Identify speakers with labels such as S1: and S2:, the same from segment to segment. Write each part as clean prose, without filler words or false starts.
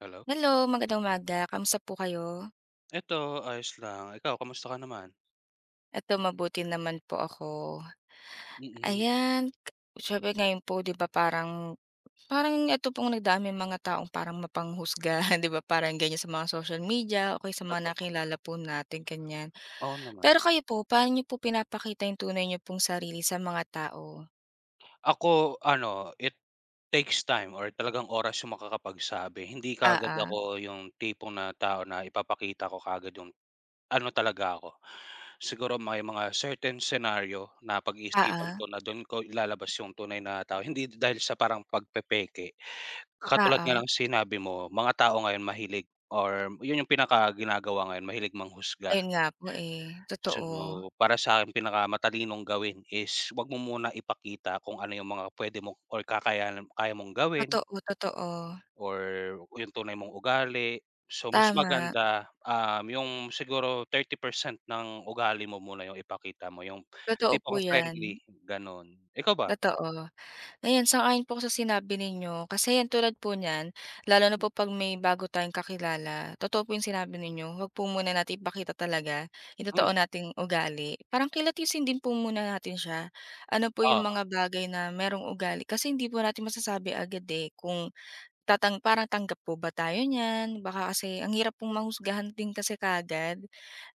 S1: Hello?
S2: Hello, magandang umaga. Kamusta po kayo?
S1: Eto ayos lang, ikaw kamusta ka naman?
S2: Eto mabuti naman po ako.
S1: Mm,
S2: Ayan, siyempre ngayon po 'di ba parang parang eto pong nagdami mga taong parang mapanghusga 'di ba parang ganyan sa mga social media o kaya sa mga
S1: totoo,
S2: nakilala po natin, ganyan.
S1: oo naman.
S2: Pero kayo po, paano niyo po pinapakita yung tunay niyo pong sarili sa mga tao?
S1: Ako ano, it takes time or talagang oras yung makakapagsabi, hindi kaagad
S2: Oo,
S1: ako yung tipong na tao na ipapakita ko kaagad yung ano talaga ako. Siguro may mga certain scenario na pag-iisipan
S2: oo,
S1: ko na dun ko ilalabas yung tunay na tao, hindi dahil sa parang pagpepeke. Katulad nga
S2: oo.
S1: ng sinabi mo, mga tao ngayon mahilig or yun yung pinakaginagawa ngayon, mahilig manghusga.
S2: Ayun nga po, eh, totoo.
S1: So, para sa'kin pinakamatalinong gawin is 'wag mo muna ipakita kung ano yung mga pwede mo or kakayanan kaya mong gawin
S2: Totoo, totoo.
S1: or yung tunay mong ugali. So, mas
S2: Tama,
S1: maganda, yung siguro 30% ng ugali mo muna yung ipakita mo, yung
S2: totoo po
S1: tipong
S2: 'yan,
S1: friendly, gano'n. Ikaw ba?
S2: totoo. Ayan, sang-ayon po ako sa sinabi ninyo. Kasi yan, tulad po niyan, lalo na po 'pag may bago tayong kakilala, totoo po yung sinabi ninyo, huwag po muna natin ipakita talaga yung totoo
S1: Hmm,
S2: nating ugali. Parang kilatisin din po muna natin siya. Ano po yung
S1: oo,
S2: mga bagay na merong ugali kasi hindi po natin masasabi agad, eh, kung tatang parang tanggap po ba tayo niyan? Baka kasi ang hirap pong mahusgahan din kasi kaagad,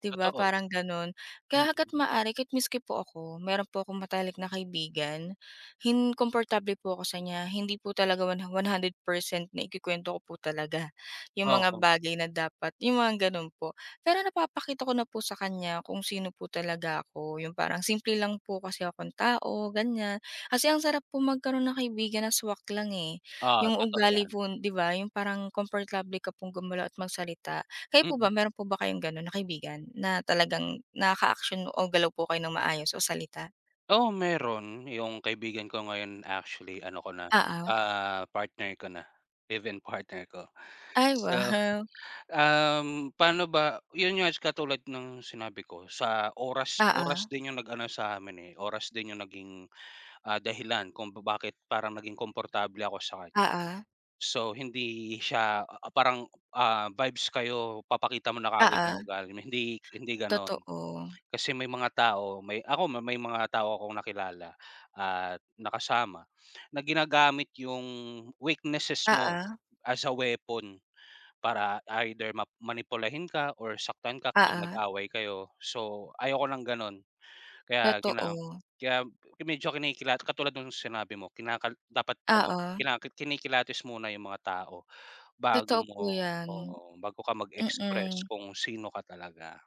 S2: 'di ba,
S1: totoo.
S2: parang gano'n.
S1: Mm,
S2: Kaya
S1: mm,
S2: hangga't
S1: mm.
S2: maaari kahit maski po ako, meron po akong matalik na kaibigan, komportable po ako sa niya. Hindi po talaga one 100% na ikukuwento ko po talaga yung
S1: Oo.
S2: mga
S1: Oo.
S2: bagay na dapat, yung mga gano'n po. Pero napapakita ko na po sa kanya kung sino po talaga ako, yung parang simple lang po kasi akong tao, ganiyan. Kasi ang sarap po magkaroon ng kaibigan na swak lang, eh.
S1: Ah,
S2: Yung
S1: totoo
S2: ugali
S1: 'yan.
S2: po, 'di ba, yung parang komportable ka pong gumalaw at magsalita. Kayo
S1: Mm,
S2: po ba,
S1: mm.
S2: meron po ba kayong gano'n na kaibigan na talagang nakaka-aksyon o galaw po kayo ng maayos o salita?
S1: Oo, meron. Yung kaibigan ko ngayon actually ano ko na,
S2: Oo.
S1: partner ko na, live-in partner ko.
S2: Ay,
S1: So,
S2: wow.
S1: paano ba yun nga katulad ng sinabi ko sa oras
S2: Oo,
S1: oras din yung nag-ano sa'min, eh, oras din yung naging, dahilan kung bakit parang naging komportable ako sa kanya.
S2: oo,
S1: So, hindi siya, parang, vibes kayo papakita mo na kaagad
S2: oo,
S1: yung ugali mo, hindi hindi gano'n.
S2: totoo.
S1: Kasi may mga tao, may mga tao akong nakilala at nakasama na ginagamit yung weaknesses mo
S2: Oo,
S1: as a weapon para either ma manipulahin ka or saktan ka kapag
S2: oo,
S1: nag-away kayo. So, ayoko ng gano'n kaya
S2: totoo.
S1: kaya medyo katulad ng sinabi mo dapat ano,
S2: Oo,
S1: kinikilatis muna yung mga tao
S2: totoo po 'yan,
S1: bago ka mag-express
S2: mm.
S1: kung sino ka talaga.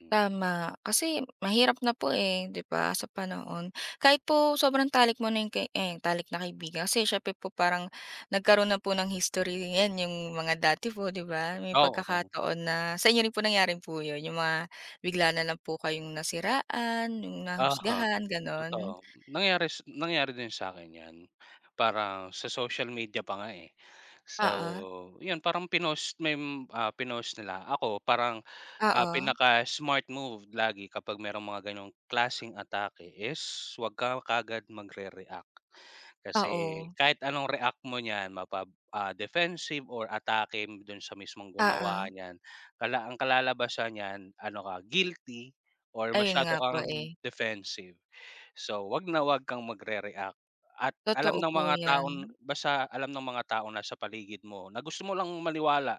S1: Hmm,
S2: Tama, kasi mahirap na po, eh, 'di ba, sa panahon. Kahit po sobrang talik mo na yung talik na kaibigan kasi siyempre po parang nagkaroon na po ng history 'yan yung mga dati po, 'di ba? May
S1: oo,
S2: pagkakataon na sa inyo rin po nangyari po yun, yung mga bigla na lang po kayong nasiraan, yung
S1: oo.
S2: nahusgahan, gano'n?
S1: Totoo. Nangyari din sa akin 'yan. Parang sa social media pa nga, eh. So,
S2: Oo,
S1: 'yun parang pinost nila. Ako parang,
S2: oo,
S1: pinaka-smart move lagi kapag merong mga gano'ng klaseng atake is huwag ka kaagad magre-react. Kasi
S2: oo,
S1: kahit anong react mo niyan defensive or atake do'n sa mismong
S2: oo.
S1: gumawa niyan, ang kalalabasan niyan ano ka, guilty or
S2: Ayun
S1: masyado
S2: nga po,
S1: kang
S2: eh.
S1: defensive. So, 'wag na 'wag kang magre-react at alam
S2: Totoo
S1: ng
S2: po
S1: mga
S2: 'yan.
S1: taon basta alam ng mga tao na sa paligid mo na gusto mo lang maniwala,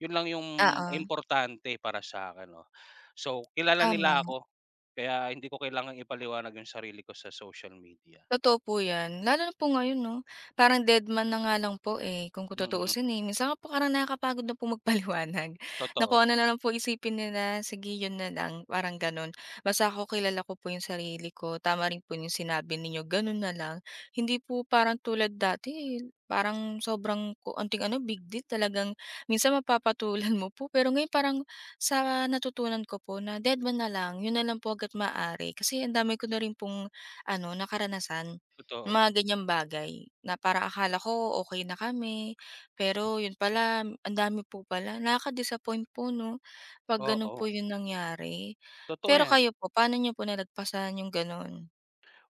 S1: 'yun lang yung
S2: Oo,
S1: importante para sa akin 'no. So, kilala
S2: tama.
S1: nila ako, kaya hindi ko kailangang ipaliwanag yung sarili ko sa social media.
S2: Totoo po 'yan, lalo na po ngayon 'no, parang dead man na nga lang po, eh, kung
S1: Mm, mm,
S2: tutuusin, eh. Minsan nga po parang nakakapagod na po magpaliwanag, na
S1: totoo,
S2: kung ano na lang po isipin nila, sige yun na lang, parang gano'n. Basta ako kilala ko po yung sarili ko, tama rin po yung sinabi ninyo, ganun na lang. Hindi po parang tulad dati, eh, parang sobrang konting ano, big deal talagang minsan mapapatulan mo po. Pero ngayon parang sa natutunan ko po na dead man na lang, yun na lang po agad maaari. Kasi ang dami ko na rin pong ano, karanasan, ng
S1: totoo.
S2: mga
S1: Hmm,
S2: ganyang bagay na para akala ko okay na kami, pero yun pala ang dami po pala. Nakaka-disappoint po 'no, 'pag ganun
S1: oo,
S2: po yung nangyari.
S1: totoo
S2: Pero
S1: 'yan.
S2: kayo po, paano niyo po nalagpasan yung ganun?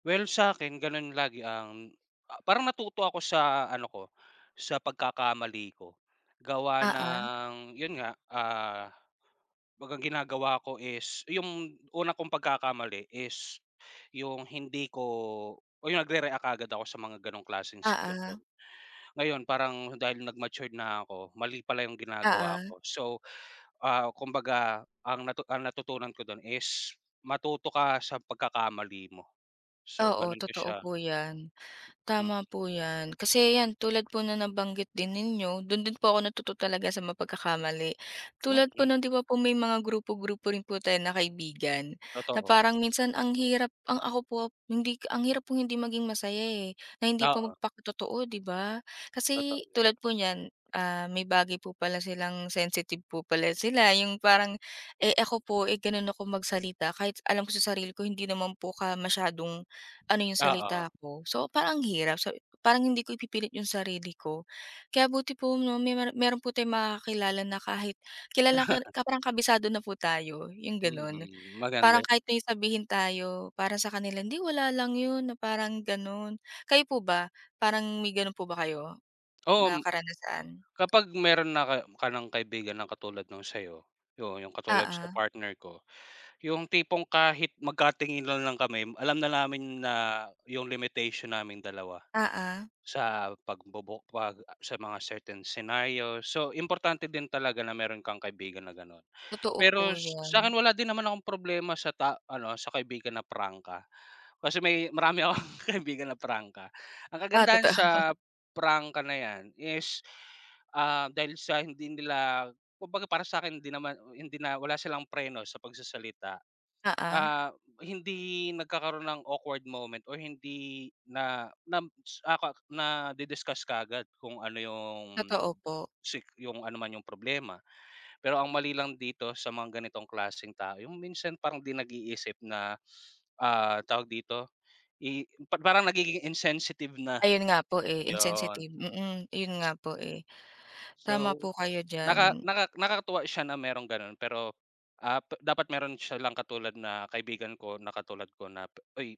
S1: Well, sa akin gano'n lagi ang parang natuto ako sa ano ko, sa pagkakamali ko gawa
S2: Oo,
S1: ng 'yun nga, ah 'Baga ginagawa ko is yung una kong pagkakamali is yung hindi ko o yung nagre-react kaagad ako sa mga gano'ng klaseng sitwasyon.
S2: oo,
S1: Ngayon parang dahil nag-matured na ako, mali pala yung ginagawa
S2: oo.
S1: ko. So, kumbaga ang natutunan ko dun is matuto ka sa pagkakamali mo. So
S2: Oo,
S1: ganun ko siya
S2: totoo po yan.
S1: hmm,
S2: Tama po 'yan. Kasi 'yan, tulad po na nabanggit din ninyo, do'n din po ako natuto talaga sa mapagkakamali.
S1: mm,
S2: Tulad po
S1: mm,
S2: no'n 'di ba po may mga grupo-grupo rin po tayo na kaibigan, na
S1: totoo.
S2: parang minsan ang hirap ang ako po hindi ang hirap po hindi maging masaya, eh, na hindi pa
S1: Oo,
S2: magpakatotoo 'di ba?
S1: totoo
S2: Kasi
S1: yan.
S2: tulad po niyan, ah, may bagay po pala silang sensitive po pala sila, yung parang, eh, ako po, eh, gano'n ako magsalita kahit alam ko sa sarili ko hindi naman po ka masyadong ano yung
S1: Oo,
S2: salita ko. So, parang ang hirap so parang hindi ko ipipilit yung sarili ko. Kaya buti po 'no may meron meron po tayong makakakilala na kahit kilala ka ka parang kabisado na po tayo, yung gano'n.
S1: mm, maganda.
S2: Parang kahit may sabihin tayo, para sa kanila, "Hindi, wala lang yun," na parang gano'n. Kayo po ba, parang may gano'n po ba kayo
S1: Oo,
S2: na karanasan?
S1: kapag meron na ka ka ng kaibigan na katulad nung sa'yo, yun yung katulad sa
S2: Oo,
S1: partner ko, yung tipong kahit magkatingin lang lang kami alam na namin na yung limitation naming dalawa
S2: oo.
S1: sa pagbubu pag sa mga certain scenario. So, importante din talaga na meron kang kaibigan na gano'n.
S2: Totoo po
S1: Pero
S2: yun.
S1: sa'kin wala din naman akong problema sa sa kaibigan na prangka. Kasi may marami akong kaibigan na prangka. Ang
S2: Ah,
S1: kagandahan
S2: totoo,
S1: sa prangka na 'yan is, dahil sa hindi nila kumbaga para sa'kin hindi naman hindi na wala silang preno sa pagsasalita.
S2: oo.
S1: Ah, hindi nagkakaroon ng awkward moment or hindi na na ah, ka nadi-discuss kaagad kung ano yung
S2: Totoo po.
S1: yung ano man yung problema. Pero ang mali lang dito sa mga ganitong klaseng tao, yung minsan parang 'di nag-iisip na, tawag dito, i pa parang nagiging insensitive na,
S2: Ayun nga po, eh,
S1: yun.
S2: insensitive. Mm, yun nga po, eh. Tama
S1: So,
S2: po kayo
S1: naka
S2: diyan.
S1: naka nakakatuwa siya na merong gano'n pero, dapat meron siya lang katulad na kaibigan ko na katulad ko na, oy,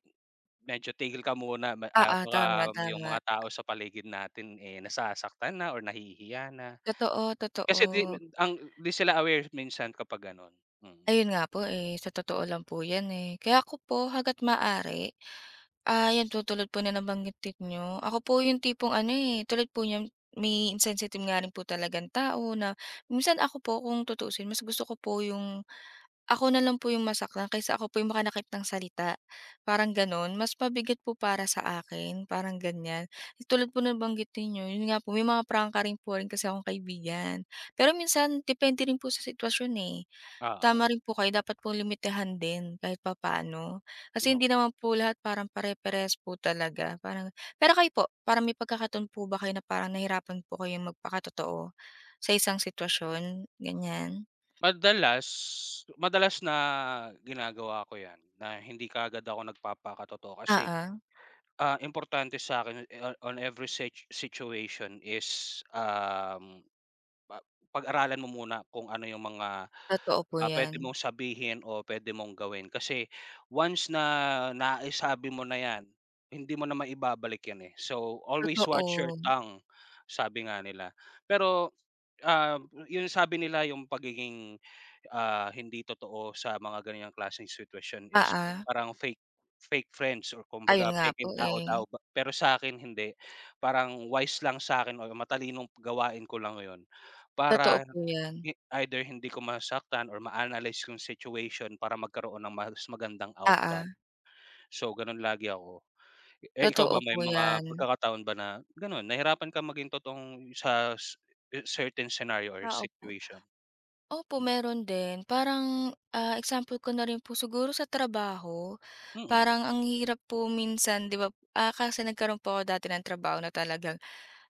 S1: medyo tigil ka muna
S2: Oo, tama,
S1: baka yung
S2: tama.
S1: mga tao sa paligid natin, eh, nasasaktan na or nahihiya na."
S2: Totoo,
S1: Kasi
S2: totoo.
S1: ang 'di sila aware minsan kapag gano'n, mm.
S2: Ayun nga po, eh, sa totoo lang po 'yan, eh. Kaya ako po hangga't maaari, ah, 'yan po tulad po na nabanggit niyo, ako po yung tipong ano, eh, tulad po niyan may insensitive nga rin po talagang tao na minsan ako po kung tutuusin mas gusto ko po yung ako na lang po yung masaktan kaysa ako po yung makanakip ng salita, parang gano'n. Mas mabigat po para sa akin, parang ganyan. Eh, tulad po nabanggit ninyo, yun nga po may mga prangka rin po rin kasi akong kaibigan. Pero minsan depende rin po sa sitwasyon, eh.
S1: Oo.
S2: Tama rin po kayo dapat po limitahan din kahit papaano. Kasi hindi
S1: Oo.
S2: naman po lahat parang pare pares po talaga, parang pero kayo po, parang may pagkakataon po ba kayo na parang nahirapan po kayong magpakatotoo sa isang sitwasyon, ganiyan?
S1: Madalas madalas na ginagawa ko 'yan, na hindi kaagad ako nagpapakatotoo kasi,
S2: Oo,
S1: importante sa'kin on every situation is, um, pa pag-aralan mo muna kung ano yung mga,
S2: totoo po 'yan.
S1: puwede mong sabihin o pwede mong gawin. Kasi once na naisabi mo na 'yan, hindi mo na maibabalik 'yan, eh. So, always watch your
S2: Totoo,
S1: tongue, sabi nga nila. Pero, ah, yung sabi nila yung pagiging hindi totoo sa mga ganiyang klaseng sitwasyon is
S2: oo.
S1: parang fake fake friends or kumbaga
S2: Ayun nga po,
S1: pekeng
S2: eh.
S1: tao-tao ba pero sa akin hindi. Parang wise lang sa sa'kin or matalinong gawain ko lang yon
S2: Totoo
S1: para
S2: po 'yan.
S1: i either hindi ko masaktan or ma-analyze yung situation para magkaroon ng mas magandang
S2: Oo,
S1: outcome. So, ganun lagi ako. Eh, ikaw
S2: totoo
S1: ba
S2: po
S1: may mga
S2: 'yan.
S1: pagkakataon ba na ganun, nahirapan kang maging totoong sa s certain scenario or
S2: Oo po.
S1: situation?
S2: Opo,
S1: Hmm,
S2: meron din. Parang, ah, example ko na rin po siguro sa trabaho.
S1: mm.
S2: Parang ang hirap po minsan 'di ba, ah, kasi nagkaroon po ako dati ng trabaho na talagang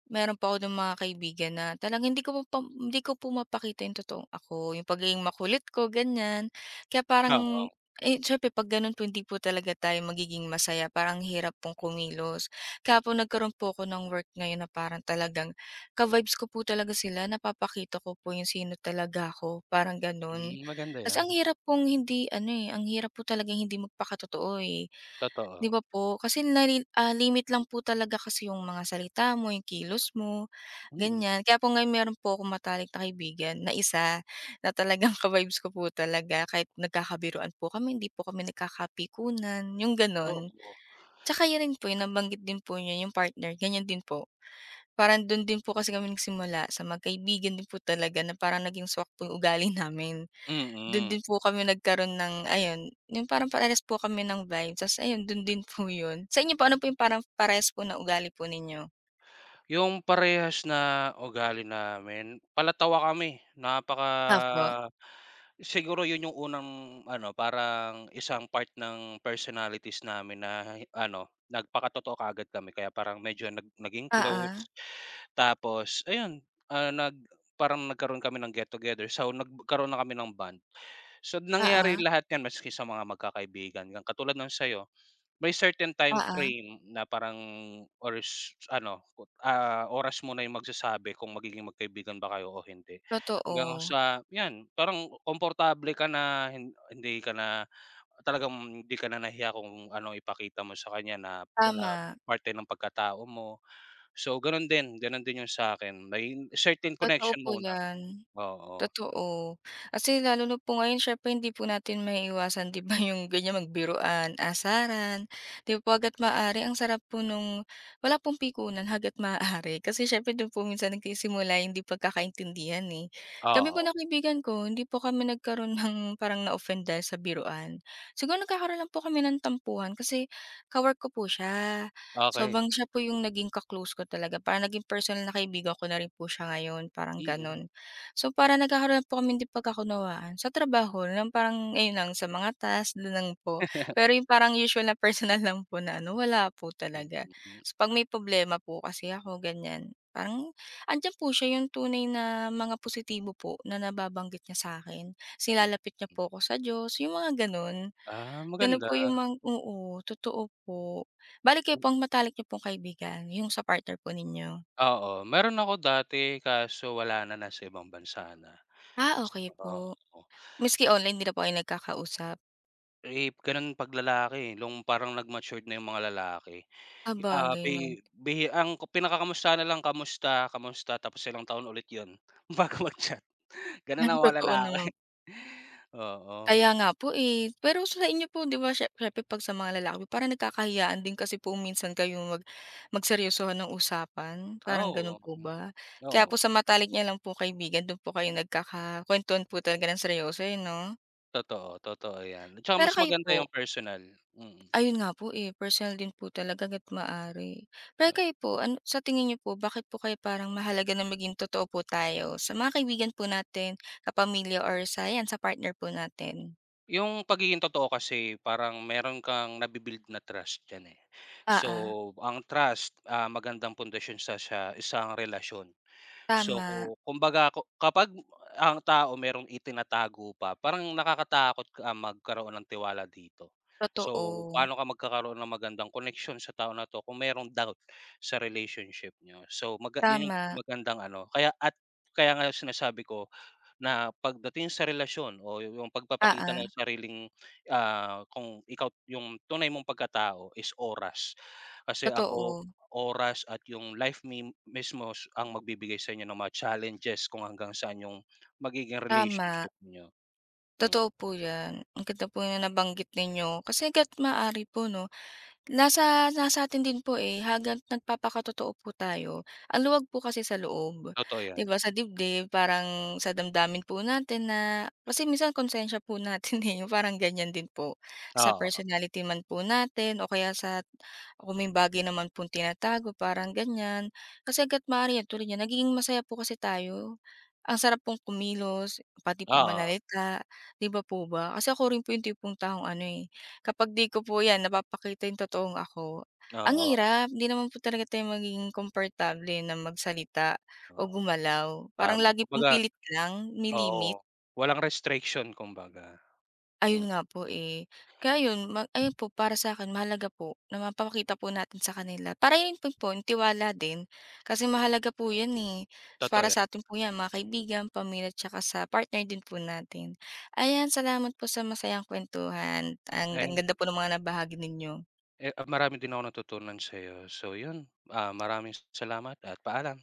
S2: meron pa ako dun mga kaibigan na talagang hindi ko pumapakita yung totoong ako, yung pagiging makulit ko, ganyan. Kaya parang
S1: Oo.
S2: eh, siyempre 'pag gano'n po hindi po talaga tayo magiging masaya, parang hirap pong kumilos. Kaya po nagkaroon po ako ng work ngayon na parang talagang ka-vibes ko po talaga sila, napapakita ko po yung sino talaga ako, parang gano'n.
S1: Hmm, maganda
S2: Kasi ang
S1: 'yan,
S2: hirap pong hindi ano, eh, ang hirap po talaga hindi magpakatotoo, eh. 'Di
S1: totoo.
S2: ba po? Kasi limit lang po talaga kasi yung mga salita mo, yung kilos mo,
S1: Mm,
S2: ganyan. Kaya po ngayon meron po akong matalik na kaibigan na isa na talagang ka-vibes ko po talaga kahit nagkakabiruan po kami, hindi po kami nagkakapikunan, yung gano'n.
S1: oo,
S2: Tsaka yun rin po, yung nabanggit din po niya yung partner, ganyan din po. Parang don din po kasi kami nagsimula sa magkaibigan din po talaga na parang naging swak po yung ugali namin. Do'n
S1: mm.
S2: din po kami nagkaroon ng ayun, yung parang parehas po kami ng vibe ta's ayun do'n din po 'yun. Sa inyo po ano po yung parang parehas po na ugali po ninyo?
S1: Yung parehas na ugali namin, palatawa kami, napaka
S2: Opo,
S1: siguro 'yun yung unang ano, parang isang part ng personalities namin na ano, nagpakatotoo kaagad kami kaya parang medyo naging
S2: oo,
S1: close. Tapos ayun, ah, nag parang nagkaroon kami ng get together, so nagkaroon na kami ng bond. So nangyari
S2: oo,
S1: lahat 'yan maski sa mga magkakaibigan, katulad ng sa'yo. May certain time
S2: oo,
S1: frame na parang oras ano, oras mo na yung magsasabi kung magiging magkaibigan ba kayo o hindi. Hanggang
S2: totoo,
S1: sa 'yan, parang komportable ka na talagang hindi ka na nahiya kung ano ipakita mo sa kanya na na
S2: tama,
S1: parte ng pagkatao mo. So, gano'n din yung sa'kin. May certain
S2: totoo
S1: connection
S2: po
S1: muna.
S2: 'yan.
S1: Oo,
S2: Totoo. Kasi lalo na po ngayon siyempre hindi po natin maiiwasan 'di ba yung ganyan magbiruan, asaran, 'di ba po hagat maaari ang sarap po nung wala pong pikunan hangga't maaari. Kasi siyempre dun po minsan nagsisimula yung 'di pagkakaintindihan, eh. Kami po
S1: oo.
S2: ng kaibigan ko hindi po kami nagkaroon ng parang na-offend dahil sa biruan. Siguro nagkakaroon lang po kami ng tampuhan kasi ka ko po siya.
S1: Okey.
S2: Sobrang siya po yung naging ka ko talaga, parang naging personal na kaibigan ko na rin po siya ngayon, parang
S1: Mm,
S2: gano'n. So, para nagkakaroon po kami ng pagkakunawaan sa trabaho ng parang ayun lang sa mga task do'n lang po. Pero yung parang usual na personal lang po na ano, wala po
S1: mm,
S2: talaga.
S1: mm.
S2: So, 'pag may problema po kasi ako ganyan, parang andiyan po siya yung tunay na mga positibo po na nababanggit niya sa'kin. Ta's
S1: Mm, mm,
S2: nilalapit niya po
S1: mm.
S2: ako sa Diyos, yung mga gano'n.
S1: Ah,
S2: Gano'n
S1: maganda.
S2: po yung mga oo, totoo po. Bale kayo po ang matalik niyo pong kaibigan, yung sa partner po ninyo?
S1: Oo, meron ako dati kaso wala na, nasa ibang bansa na.
S2: Ah, okey po.
S1: Oo,
S2: Maski online 'di na po kayo nagkakausap?
S1: eh, gano'n 'pag lalaki, eh, nung parang nag-matured na yung mga lalaki, ah,
S2: Sabagay nga,
S1: bi bihi ang pinakakamusta na lang, "Kamusta, kamusta?" Tapos ilang taon ulit 'yun bago mag-chat, gano'n
S2: ng
S1: ang mga
S2: totoo
S1: lalaki.
S2: naman.
S1: Oo,
S2: Kaya nga po, eh. Pero sa inyo po 'di ba siyempre 'pag sa mga lalaki parang nagkakahiyaan din kasi po minsan kayong magseryosohan ng usapan, parang gano'n
S1: oo,
S2: po
S1: hmm,
S2: ba? Kaya
S1: oo,
S2: po sa matalik niyo lang po kaibigan do'n po kayo nagkakakuwentuhan po talaga ng seryoso, eh, 'no?
S1: totoo, totoo 'yan. At saka
S2: Pero
S1: mas
S2: kayo
S1: maganda yung
S2: po,
S1: personal, mm.
S2: ayun nga po, eh, personal din po talaga hangga't maaari. Pero kayo po, ano sa tingin niyo po bakit po kayo parang mahalaga na maging totoo po tayo sa mga kaibigan po natin, kapamilya or sa 'yan, sa partner po natin?
S1: Yung pagiging totoo kasi parang meron kang nabi na trust diyan, eh. So,
S2: Oo,
S1: ang trust, magandang pundasyon sa isang relasyon. So,
S2: tama,
S1: kumbaga kapag ang tao merong itinatago pa, parang nakakatakot ka magkaroon ng tiwala dito. So,
S2: totoo,
S1: paano ka magkakaroon ng magandang connection sa tao na 'to kung merong doubt sa relationship niyo? So, maga 'yun yung
S2: tama,
S1: magandang ano, kaya at kaya nga sinasabi ko na pagdating sa relasyon o yung pagpapakita
S2: oo,
S1: ng sariling, kung ikaw yung tunay mong pagkatao is oras. Kasi ang o
S2: totoo,
S1: oras at yung life mi mismo s- ang magbibigay sa inyo ng mga challenges kung hanggang saan yung magiging
S2: tama,
S1: relationship niyo. Hmm,
S2: totoo po 'yan. Ang ganda po ng nabanggit ninyo kasi hangga't maaari po 'no, Nasa nasa atin din po, eh, hangga't nagpapakatotoo po tayo. Ang luwag po kasi sa loob,
S1: totoo
S2: 'di
S1: 'yan.
S2: ba, sa dibdib parang sa damdamin po natin na kasi minsan konsensiya po natin, eh, yung parang ganyan din po. Sa
S1: Oo,
S2: personality man po natin o kaya sa kung may bagay naman pong tinatago parang ganyan. Kasi hangga't maaari yan tulad niyan nagiging masaya po kasi tayo. Ang sarap pong kumilos, pati po
S1: oo,
S2: manalita, 'di ba po ba? Kasi ako rin po yung tipong taong ano, eh, kapag 'di ko po 'yan napapakita yung totoong ako, ang
S1: oo,
S2: hirap. 'Di naman po talaga tayo magiging komportable na magsalita o
S1: oo,
S2: gumalaw. Parang
S1: tama.
S2: lagi pong
S1: Kumbaga
S2: pilit lang, may
S1: oo, walang restriction kumbaga.
S2: Ayun
S1: Mm,
S2: nga po,
S1: hmm,
S2: eh. Kaya 'yun, ayun po para sa sa'kin mahalaga po na mapapakita po natin sa kanila. Para 'yun din po yung tiwala din, kasi mahalaga po 'yan, eh. So,
S1: totoo
S2: para
S1: 'yan.
S2: sa'tin po 'yan, mga kaibigan, pamilya, tsaka sa partner din po natin. Ayan, salamat po sa masayang kuwentuhan. Ang
S1: Eh
S2: ganda po ng mga nabahagi ninyo.
S1: Eh, marami din ako natutunan sa'yo. So yun, maraming salamat at paalam.